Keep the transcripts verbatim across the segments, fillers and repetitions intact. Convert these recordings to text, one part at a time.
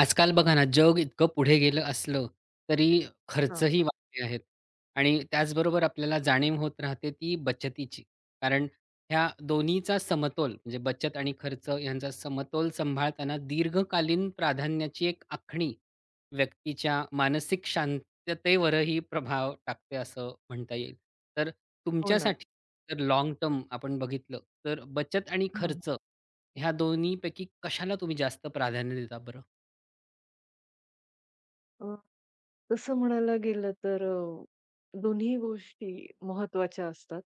आजकाल बघा ना, जग इतकं पुढे गेलं असलं, तरी हां, खर्चही वाढले आहेत आणि त्याचबरोबर आपल्याला जाणीव होत राहते ती बचतीची. कारण ह्या दोन्हीचा समतोल म्हणजे बचत आणि खर्च यांचा समतोल सांभाळताना दीर्घकालीन प्राधान्याची एक आखणी व्यक्तीच्या मानसिक शांततेवरही प्रभाव टाकते असं म्हणता येईल. तर हो ना. तुमच्यासाठी जर लाँग टर्म आपण बघितलं, तर बचत आणि हां, हां. खर्च ह्या दोन्हीपैकी कशाला तुम्ही जास्त प्राधान्य देता बरं? अ, तसं म्हणायला गेलं तर अ, दोन्ही गोष्टी महत्त्वाच्या असतात.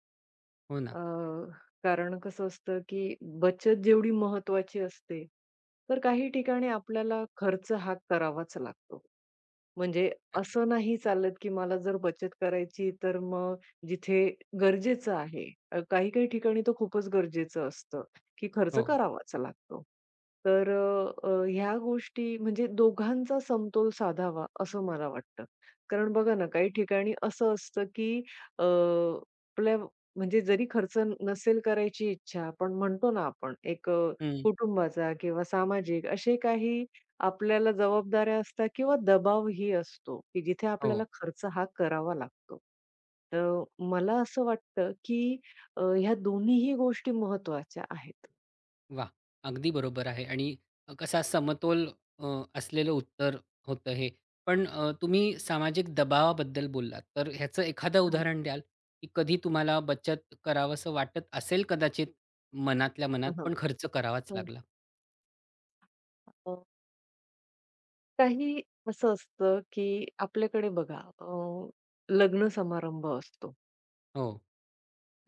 हो ना. अ, कारण कसं असतं, की बचत जेवढी महत्त्वाची असते, तर काही ठिकाणी आपल्याला खर्च हा करावाच लागतो. म्हणजे असं नाही चालत, की मला जर बचत करायची तर मग जिथे गरजेचं आहे. अ, काही-काही ठिकाणी तर खूपच गरजेचं असतं. की खर्च हो. करावाच लागतो. तर अ, अ, ह्या गोष्टी म्हणजे दोघांचा समतोल साधावा असं मला वाटतं. कारण बघा ना, काही ठिकाणी असं असतं की अ, आपल्या म्हणजे जरी खर्च नसेल करायची इच्छा, पण म्हणतो ना आपण एक अ, हं. कुटुंबाचा किंवा सामाजिक असे काही आपल्याला जबाबदाऱ्या असतात किंवा दबावही असतो, की जिथे हो. आपल्याला खर्च हा करावा लागतो. तर मला असं वाटतं की अ, ह्या दोन्हीही गोष्टी महत्त्वाच्या आहेत. वाह! अगदी बरोबर आहे आणि कसा समतोल अ, असलेलं उत्तर होतं हे. पण अ, तुम्ही सामाजिक दबावाबद्दल बोललात, तर ह्याचं एखादं हां. उदाहरण द्याल, की कधी तुम्हाला बचत करावसं वाटत असेल कदाचित मनातल्या मनात, हां, हां. पण खर्च करावाच हं. लागला? अ, काही असं असतं, की आपल्याकडे बघा अ, लग्न समारंभ असतो हो.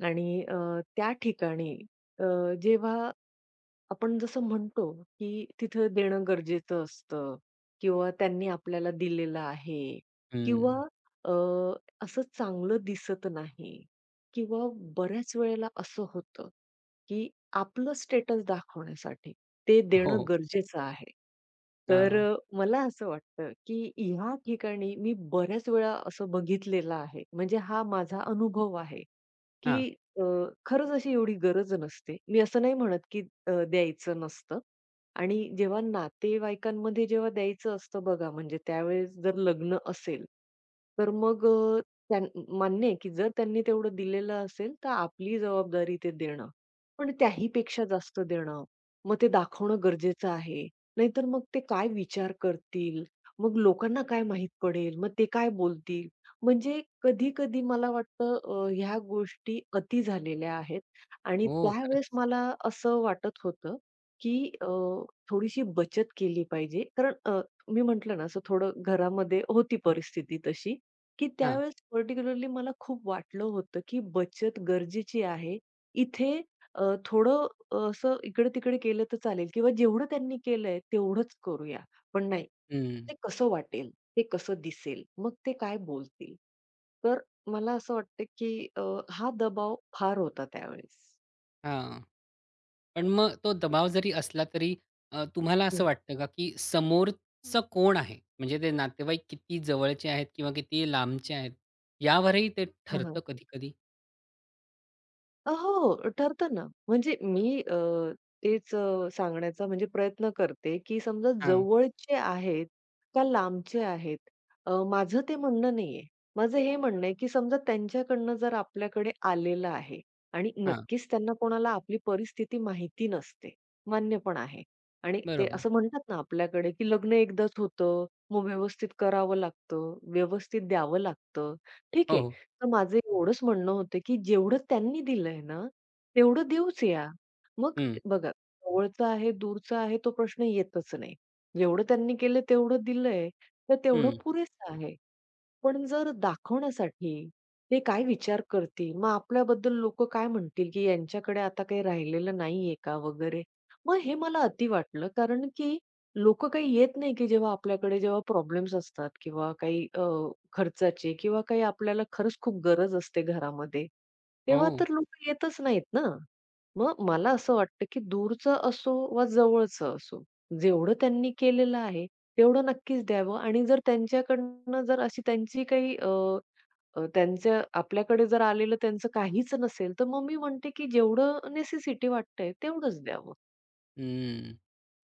आणि अ, त्या ठिकाणी अ, जेव्हा आपण जसं म्हणतो, की तिथं देणं गरजेचं असतं किंवा त्यांनी आपल्याला दिलेलं आहे किंवा हं. अ, असं चांगलं दिसत नाही किंवा बऱ्याच वेळेला असं होतं, की आपलं स्टेटस दाखवण्यासाठी ते हो. देणं गरजेचं आहे. तर हां. अ, मला असं वाटतं, की ह्या ठिकाणी मी बऱ्याच वेळा असं बघितलेलं आहे. म्हणजे हा माझा अनुभव आहे, की हां. अ, खरंच अशी एवढी गरज नसते. मी असं नाही म्हणत, की अ, द्यायचं नसतं आणि जेव्हा नातेवाईकांमध्ये जेव्हा द्यायचं असतं बघा, म्हणजे त्यावेळेस जर लग्न असेल, तर मग अ, त्यां मान्य आहे, की जर त्यांनी तेवढं दिलेलं असेल, तर आपली जबाबदारी ते देणं. पण त्याहीपेक्षा जास्त देणं, मग ते दाखवणं गरजेचं आहे. नाहीतर मग ते काय विचार करतील? मग लोकांना काय माहीत पडेल? मग ते काय बोलतील? म्हणजे कधी-कधी मला वाटतं अ, ह्या गोष्टी अति झालेल्या आहेत आणि हो, त्यावेळेस खरंच. मला असं वाटत होतं, की अ, थोडीशी बचत केली पाहिजे. कारण अ, मी म्हटलं ना असं थोडं घरामध्ये होती परिस्थिती तशी, की हां. त्यावेळेस पार्टिक्युलरली मला खूप वाटलं होतं, की बचत गरजेची आहे. इथे अ, थोडं अ, असं इकडे-तिकडे केलं तर चालेल किंवा जेवढं त्यांनी केलंय तेवढंच करूया. पण नाही, ते कसं वाटेल? ते कसं दिसेल? मग ते काय बोलतील? तर मला असं वाटतं, की अ, हा दबाव फार होता त्यावेळेस. हां. पण मग तो दबाव जरी असला तरी अ, तुम्हाला असं हं. वाटतं का, की समोरचं कोण आहे? म्हणजे ते नातेवाईक किती जवळचे आहेत किंवा किती लांबचे आहेत, यावरही ते ठरतं कधी-कधी? अ, हो, ठरतं ना. म्हणजे मी अ, तेच अ, सांगण्याचा म्हणजे प्रयत्न करते, की समजा हां, जवळचे आहेत का लांबचे आहेत, अ, माझं ते म्हणणं नाहीये. माझं हे म्हणणं आहे, की समजा त्यांच्याकडनं जर आपल्याकडे आलेलं आहे आणि हां. नक्कीच त्यांना कोणाला आपली परिस्थिती माहिती नसते, मान्य पण आहे. आणि ते बरोबर. असं म्हणतात ना आपल्याकडे, की लग्न एकदाच होतं, मग व्यवस्थित करावं लागतं, व्यवस्थित द्यावं लागतं. ठीक हो, आहे, हो. तर माझं एवढंच म्हणणं होतं, की जेवढं त्यांनी दिलंय ना, तेवढं देऊच या. मग हं, बघा, जवळचा आहे, दूरचा आहे तो प्रश्न येतच नाही. जेवढं त्यांनी केलं तेवढं दिलंय, तर तेवढं हं. पुरेसं आहे. पण जर दाखवण्यासाठी ते काय विचार करतील? मग आपल्याबद्दल लोकं काय म्हणतील, की यांच्याकडे आता काही राहिलेलं नाहीये का वगैरे? मग हे मला अति वाटलं, कारण की लोक काही येत नाही, की जेव्हा आपल्याकडे जेव्हा प्रॉब्लेम्स असतात किंवा काही अ, खर्चाचे किंवा काही आपल्याला खरंच खूप गरज असते घरामध्ये, हो. तेव्हा तर लोकं येतच नाहीत ना. मग मला असं वाटतं, की दूरचं असो वा जवळचं असो, जेवढं त्यांनी केलेलं आहे तेवढं नक्कीच द्यावं आणि जर त्यांच्याकडनं जर अशी त्यांची काही अ, अ, त्यांचं आपल्याकडे जर आलेलं त्यांचं काहीच नसेल, तर मग मी म्हणते, की जेवढं नेसेसिटी वाटतंय तेवढंच द्यावं. हं.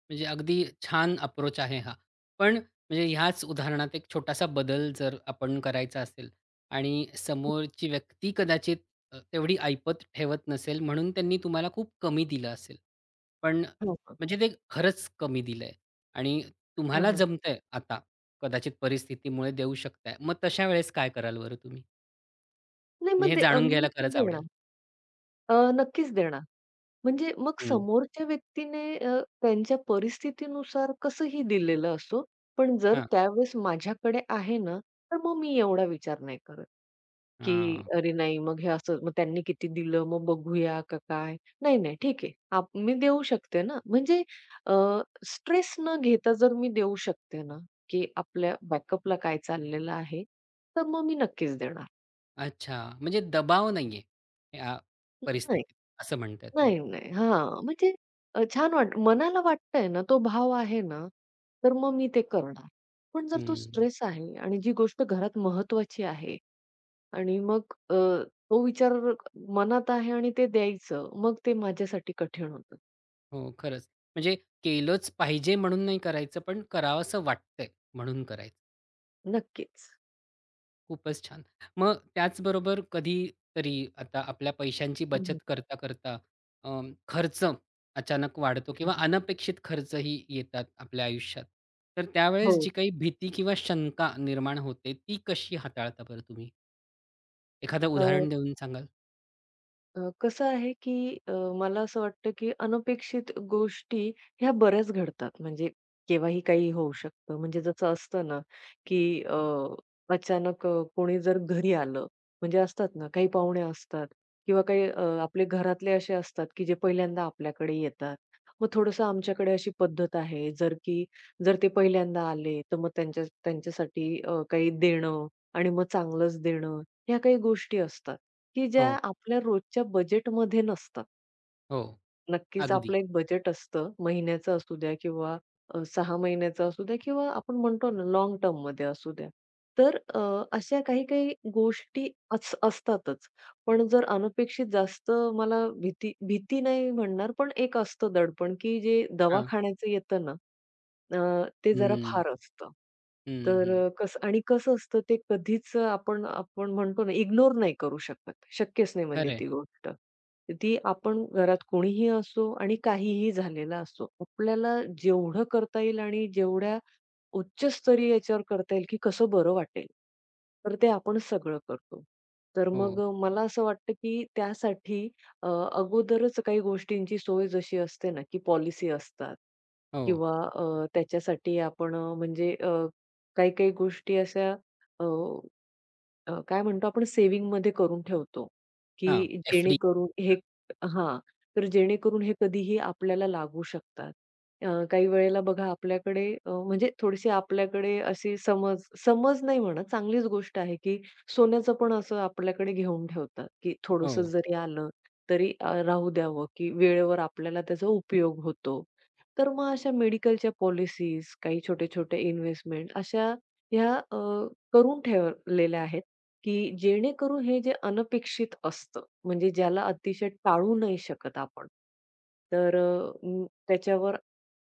म्हणजे अगदी छान अप्रोच आहे हा. पण म्हणजे ह्याच उदाहरणात एक छोटासा बदल जर आपण करायचा असेल आणि समोरची व्यक्ती कदाचित अ, तेवढी ऐपत ठेवत नसेल म्हणून त्यांनी तुम्हाला खूप कमी दिलं असेल. पण हो. हो. म्हणजे ते खरंच कमी दिलंय आणि हां, तुम्हाला हां. जमतंय आता कदाचित परिस्थितीमुळे देऊ शकताय. मग तशा वेळेस काय कराल बरं तुम्ही? नाही म्हणजे मग हे दे अ, जाणून मी घ्यायला तर खरंच आवडेल. देणार. अ, नक्कीच देणार. म्हणजे मग हं. समोरच्या व्यक्तीने अ, त्यांच्या परिस्थितीनुसार कसंही दिलेलं असो, पण जर हां. त्यावेळेस माझ्याकडे आहे ना, तर मग मी एवढा विचार नाही करत. की हां. "अरे नाही, मग हे असं मग त्यांनी किती दिलं, मग बघूया का काय?" नाही, नाही, ठीक आहे. आप मी देऊ शकते ना. म्हणजे स्ट्रेस न घेता जर मी देऊ शकते ना, की आपल्या बॅकअपला काय चाललेलं आहे, तर मग मी नक्कीच देणार. अच्छा. म्हणजे दबाव नाहीये, या नाही, परिस्थितीत असं म्हणताय तुम्ही? नाही, नाही. हां, म्हणजे अ, छान वाट मनाला वाटतंय ना, तो भाव आहे ना, तर मग मी ते करणार. पण जर तो हं. स्ट्रेस आहे आणि जी गोष्ट घरात महत्त्वाची आहे आणि मग अ, तो विचार मनात आहे आणि ते द्यायचं, मग ते माझ्यासाठी कठीण होतं. हो, खरंच. म्हणजे केलंच पाहिजे म्हणून नाही करायचं, पण करावसं वाटतंय म्हणून करायचं. नक्कीच. खूपच छान. मग त्याचबरोबर कधीतरी आता आपल्या पैशांची हं, बचत हं, करता-करता अ, खर्च अचानक वाढतो हं, किंवा अनपेक्षित खर्चही येतात आपल्या आयुष्यात. तर हो. त्यावेळेस जी काही भीती किंवा शंका निर्माण होते, ती कशी हाताळता बरं तुम्ही? एखादं अ उदाहरण देऊन सांगाल? अ, कसं आहे, की अ, मला असं वाटतं, की अनपेक्षित गोष्टी ह्या बऱ्याच घडतात. म्हणजे केव्हाही काही होऊ शकतं. म्हणजे जसं असतं ना, की अ, अचानक अ, कोणी जर घरी आलं, म्हणजे असतात ना काही पाहुणे असतात किंवा काही अ, आपले घरातले असे असतात, की जे पहिल्यांदा आपल्याकडे येतात. मग थोडंसं आमच्याकडे अशी पद्धत आहे, जर की जर ते पहिल्यांदा आले, तर मग त्यांच्या त्यांच्यासाठी अ, काही देणं आणि मग चांगलंच देणं, ह्या काही गोष्टी असतात. की ज्या हो, आपल्या रोजच्या बजेटमध्ये नसतात. हो. नक्कीच आपलं अगदी. एक बजेट असतं. महिन्याचं असू द्या किंवा अ, सहा महिन्याचं असू द्या किंवा आपण म्हणतो ना लाँग टर्ममध्ये असू द्या. तर अ, अशा काही-काही गोष्टी अस असतातच. पण जर अनपेक्षित जास्त मला भीती भीती नाही म्हणणार, पण एक असतं दडपण, की जे हां. दवाखान्याचं येतं ना, अ, ते जरा हं, फार असतं. हं, तर हं. अ, कसं आणि कसं असतं ते कधीच आपण आपण म्हणतो ना, इग्नोर नाही करू शकत. शक्यच नाही म्हणजे खरं ती गोष्ट. ती आपण घरात कोणीही असो आणि काहीही झालेलं असो, आपल्याला जेवढं करता येईल आणि जेवढ्या उच्चस्तरीय याच्यावर करता येईल, की कसं बरं वाटेल. तर ते आपण सगळं करतो. तर मग हो, अ, मला असं वाटतं, की त्यासाठी अ, अगोदरच काही गोष्टींची सोय जशी असते ना, की पॉलिसी असतात हो. किंवा अ, त्याच्यासाठी आपण अ, म्हणजे अ, काही-काही गोष्टी अशा अ अ, काय म्हणतो आपण सेव्हिंगमध्ये करून ठेवतो, हां, की एफ. जेणेकरून हे हां, तर जेणेकरून हे कधीही आपल्याला लागू शकतात. अ, काही वेळेला बघा आपल्याकडे अ, म्हणजे थोडीशी आपल्याकडे अशी समज समज नाही म्हणत, चांगलीच गोष्ट आहे, की सोन्याचं पण असं आपल्याकडे घेऊन ठेवतात, की थोडंसं हो. जरी आलं तरी अ, राहू द्यावं, की वेळेवर आपल्याला त्याचा उपयोग होतो. तर मग अशा मेडिकलच्या पॉलिसीज, काही छोटे-छोटे इन्व्हेस्टमेंट अशा ह्या अ, करून ठेवलेल्या आहेत. की जेणेकरून हे जे अनपेक्षित असतं, म्हणजे ज्याला अतिशय टाळू नाही शकत आपण. तर अ, अं, त्याच्यावर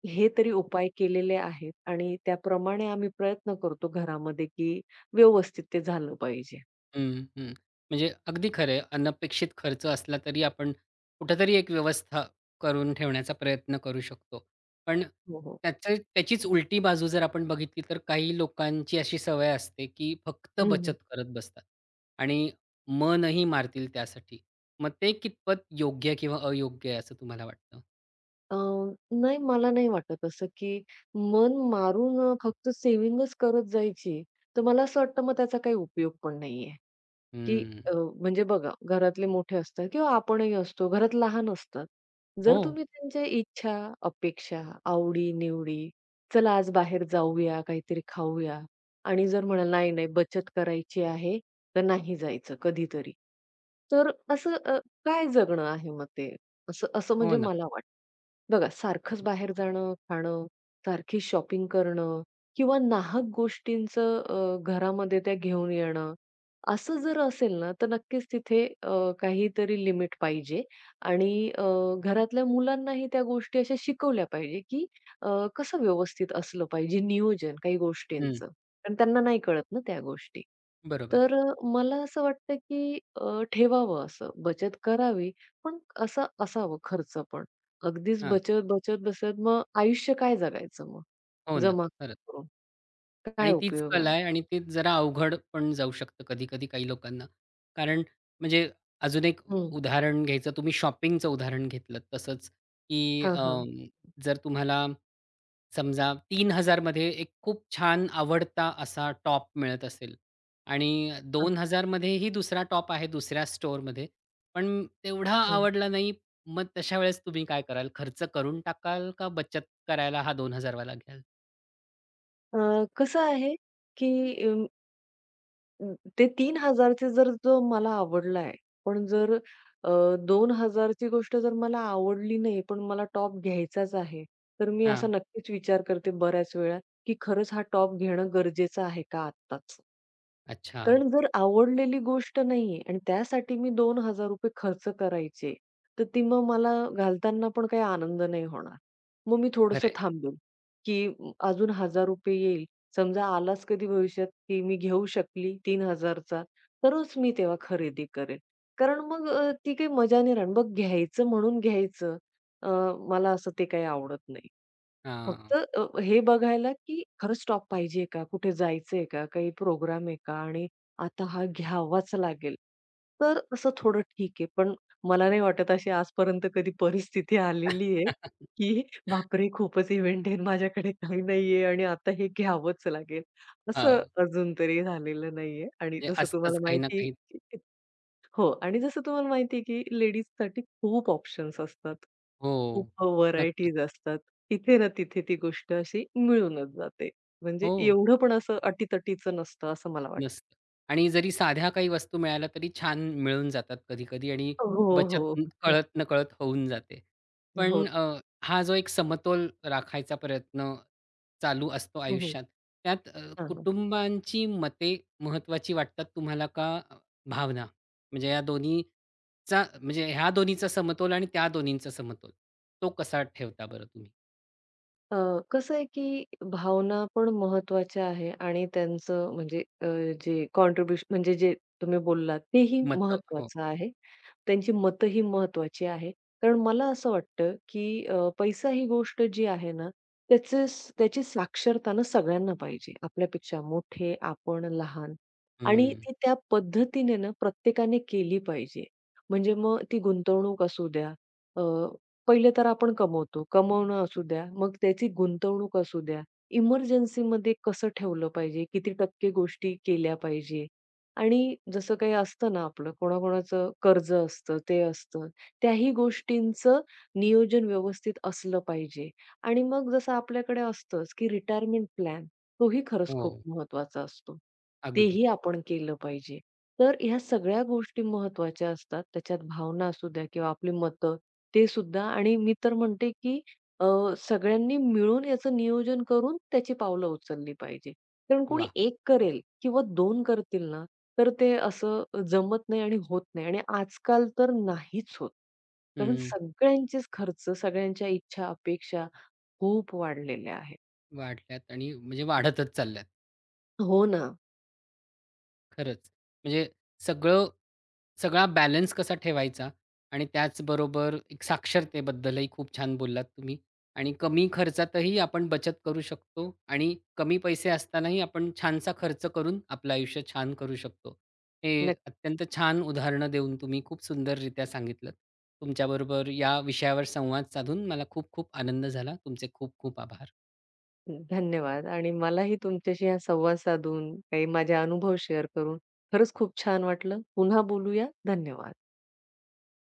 हे तरी उपाय केलेले आहेत आणि त्याप्रमाणे आम्ही प्रयत्न करतो घरामध्ये, की व्यवस्थित ते झालं पाहिजे. हं, हं. म्हणजे अगदी खरं आहे. अनपेक्षित खर्च असला तरी आपण कुठेतरी एक व्यवस्था करून ठेवण्याचा प्रयत्न करू शकतो. पण हो, हो. त्याचं त्याचीच उलटी बाजू जर आपण बघितली तर काही लोकांची अशी सवय असते, की फक्त हं, बचत हं. करत बसतात आणि मनही मारतील त्यासाठी. मग ते कितपत योग्य किंवा अयोग्य आहे असं तुम्हाला वाटतं? अ, नाही मला नाही वाटत असं, की मन मारून अ, फक्त सेव्हिंगच करत जायची, तर मला असं वाटतं मग त्याचा काही उपयोग पण नाहीये. की हं. अ, म्हणजे बघा, घरातले मोठे असतात किंवा आपणही असतो, घरात लहान असतात. जर हो. तुम्ही त्यांच्या इच्छा, अपेक्षा, आवडी-निवडी, "चला आज बाहेर जाऊया, काहीतरी खाऊया" आणि जर म्हणाल, "नाही, नाही, बचत करायची आहे, तर नाही जायचं कधीतरी." तर असं अ, काय जगणं आहे मग ते? असं असं हो म्हणजे ना. मला वाटतं. बघा, सारखंच बाहेर जाणं, खाणं, सारखी शॉपिंग करणं किंवा नाहक गोष्टींचं अ, घरामध्ये त्या घेऊन येणं असं जर असेल ना, तर नक्कीच तिथे अ, काहीतरी लिमिट पाहिजे आणि अ, घरातल्या मुलांनाही त्या गोष्टी अशा शिकवल्या पाहिजे, की अ, कसं व्यवस्थित असलं पाहिजे नियोजन काही हं. गोष्टींचं. कारण त्यांना नाही कळत ना त्या गोष्टी. बरोबर. तर अ, मला असं वाटतं, की अ, ठेवावं असं, बचत करावी, पण असं असावं खर्च पण. अगदीच हां. बचत, बचत, बचत मग आयुष्य काय जगायचं मग? हो ना. जमा खरंच. करून काय आणि तीच उपयोग कला आहे? आहे आणि ते जरा अवघड पण जाऊ शकतं कधी-कधी काही लोकांना. कारण म्हणजे अजून एक हं. उदाहरण घ्यायचं तुम्ही शॉपिंगचं उदाहरण घेतलंत तसंच, की हां, हां. अं, जर तुम्हाला समजा तीन हजार मध्ये एक खूप छान आवडता असा टॉप मिळत असेल आणि हां, हां. दोन हजार मध्येही दुसरा टॉप आहे दुसऱ्या स्टोअरमध्ये, पण तेवढा आवडला नाही, मग तशा वेळेस तुम्ही काय कराल? खर्च करून टाकाल का बचत करायला हा दोन हजार वाला घ्याल? अ, कसं आहे, की अं अं, ते तीन हजार चे जर जो मला आवडला आहे, पण जर अ, दोन हजार ची गोष्ट जर मला आवडली नाही, पण मला टॉप घ्यायचाच आहे, तर मी असा हां, नक्कीच विचार करते बऱ्याच वेळा, की खरंच हा टॉप घेणं गरजेचं आहे का आत्ताच? अच्छा. कारण जर आवडलेली गोष्ट नाहीये आणि त्यासाठी मी ₹दोन हजार रुपये खर्च करायचे, तर ती मग मला घालताना पण काही आनंद नाही होणार. मग मी थोडंसं खरं थांबेल, की म, अजून ₹एक हजार रुपये येईल. समजा आलाच कधी भविष्यात, की मी घेऊ शकली तीन हजार चा, तरच मी तेव्हा खरेदी करेल. कारण मग अ, ती काही मजा नाही राहणार. मग घ्यायचं म्हणून घ्यायचं अ, मला असं ते काही आवडत नाही. फक्त हां. अ, हे बघायला, की खरंच स्टॉप पाहिजे का? कुठे जायचंय का? काही प्रोग्राम आहे का? आणि आता हा घ्यावाच लागेल. तर असं थोडं ठीक आहे. पण मला नाही वाटत अशी आजपर्यंत कधी परिस्थिती आलेली आहे, की बापरे! खूपच इव्हेंट आहे आणि माझ्याकडे काही नाहीये आणि आता हे घ्यावंच लागेल. असं हां. अजून तरी झालेलं नाहीये आणि ते जसं असतंच तुम्हाला काही ना माहिती काही. हो आणि जसं तुम्हाला माहिती आहे, की लेडीजसाठी खूप ऑप्शन्स असतात. हो. खूप अ, नक्कीच. व्हरायटीज असतात. इथे ना तिथे ती गोष्ट अशी मिळूनच जाते. म्हणजे हो, एवढं पण असं अटीतटीचं नसतं असं मला वाटतं. नसतं. आणि जरी साध्या काही वस्तू मिळाल्या तरी छान मिळून जातात कधी-कधी आणि हो, हो. बचत कळत-नकळत होऊन जाते. पण हो. अ, हा जो एक समतोल राखायचा प्रयत्न चालू असतो हं, हं. आयुष्यात, त्यात अ, हां, हां. कुटुंबांची मते महत्त्वाची वाटतात तुम्हाला का अ, भावना? म्हणजे या दोन्हीचा म्हणजे ह्या दोन्हीचा समतोल आणि त्या दोन्हींचा समतोल, तो कसा ठेवता बरं तुम्ही? अ, कसं आहे, की भावना पण महत्त्वाच्या आहे आणि त्यांचं म्हणजे अ, जे कॉन्ट्रिब्युशन म्हणजे जे तुम्ही बोललात तेही मतं. हो. महत्त्वाचं आहे. त्यांची मतं ही महत्वाची आहे. कारण मला असं वाटतं, की अ, पैसा ही गोष्ट जी आहे ना, त्याचे त्याची साक्षरता ना सगळ्यांना पाहिजे. आपल्यापेक्षा मोठे, आपण लहान आणि हं. ती त्या पद्धतीने ना प्रत्येकाने केली पाहिजे. म्हणजे मग ती गुंतवणूक असू द्या, अ, पहिले तर आपण कमवतो. कमवणं असू द्या, मग त्याची गुंतवणूक असू द्या. इमर्जन्सीमध्ये कसं ठेवलं पाहिजे, किती टक्के गोष्टी केल्या पाहिजे आणि जसं काही असतं ना आपलं कोणाकोणाचं कर्ज असतं, ते असतं. त्याही गोष्टींचं नियोजन व्यवस्थित असलं पाहिजे आणि मग जसं आपल्याकडे असतंच, की रिटायरमेंट प्लॅन तोही खरंच हो. खूप महत्त्वाचा असतो. अगदी. तेही आपण केलं पाहिजे. तर ह्या सगळ्या गोष्टी महत्त्वाच्या असतात. त्याच्यात भावना असू द्या किंवा आपली मतं ते सुद्धा आणि मी तर म्हणते, की अ, सगळ्यांनी मिळून याचं नियोजन करून त्याची पावलं उचलली पाहिजे. कारण कोणी वाह! एक करेल किंवा दोन करतील ना तर ते असं जमत नाही आणि होत नाही आणि आजकाल तर नाहीच होत. कारण हं. सगळ्यांचेच खर्च, सगळ्यांच्या इच्छा, अपेक्षा खूप वाढलेल्या आहेत. वाढल्यात आणि म्हणजे वाढतच चालल्यात. हो ना. खरंच. म्हणजे सगळं सगळा बॅलन्स कसा ठेवायचा आणि त्याचबरोबर एक साक्षरतेबद्दलही खूप छान बोललात तुम्ही आणि कमी खर्चातही आपण बचत करू शकतो आणि कमी पैसे असतानाही आपण छानसा खर्च करून आपलं आयुष्य छान करू शकतो. हे नक्की. अत्यंत छान उदाहरणं देऊन तुम्ही खूप सुंदररित्या सांगितलं. तुमच्याबरोबर या विषयावर संवाद साधून मला खूप खूप आनंद झाला. तुमचे खूप खूप आभार. धन्यवाद आणि मलाही तुमच्याशी हा संवाद साधून, काही माझे अनुभव शेअर करून खरंच खूप छान वाटलं. पुन्हा बोलूया. धन्यवाद.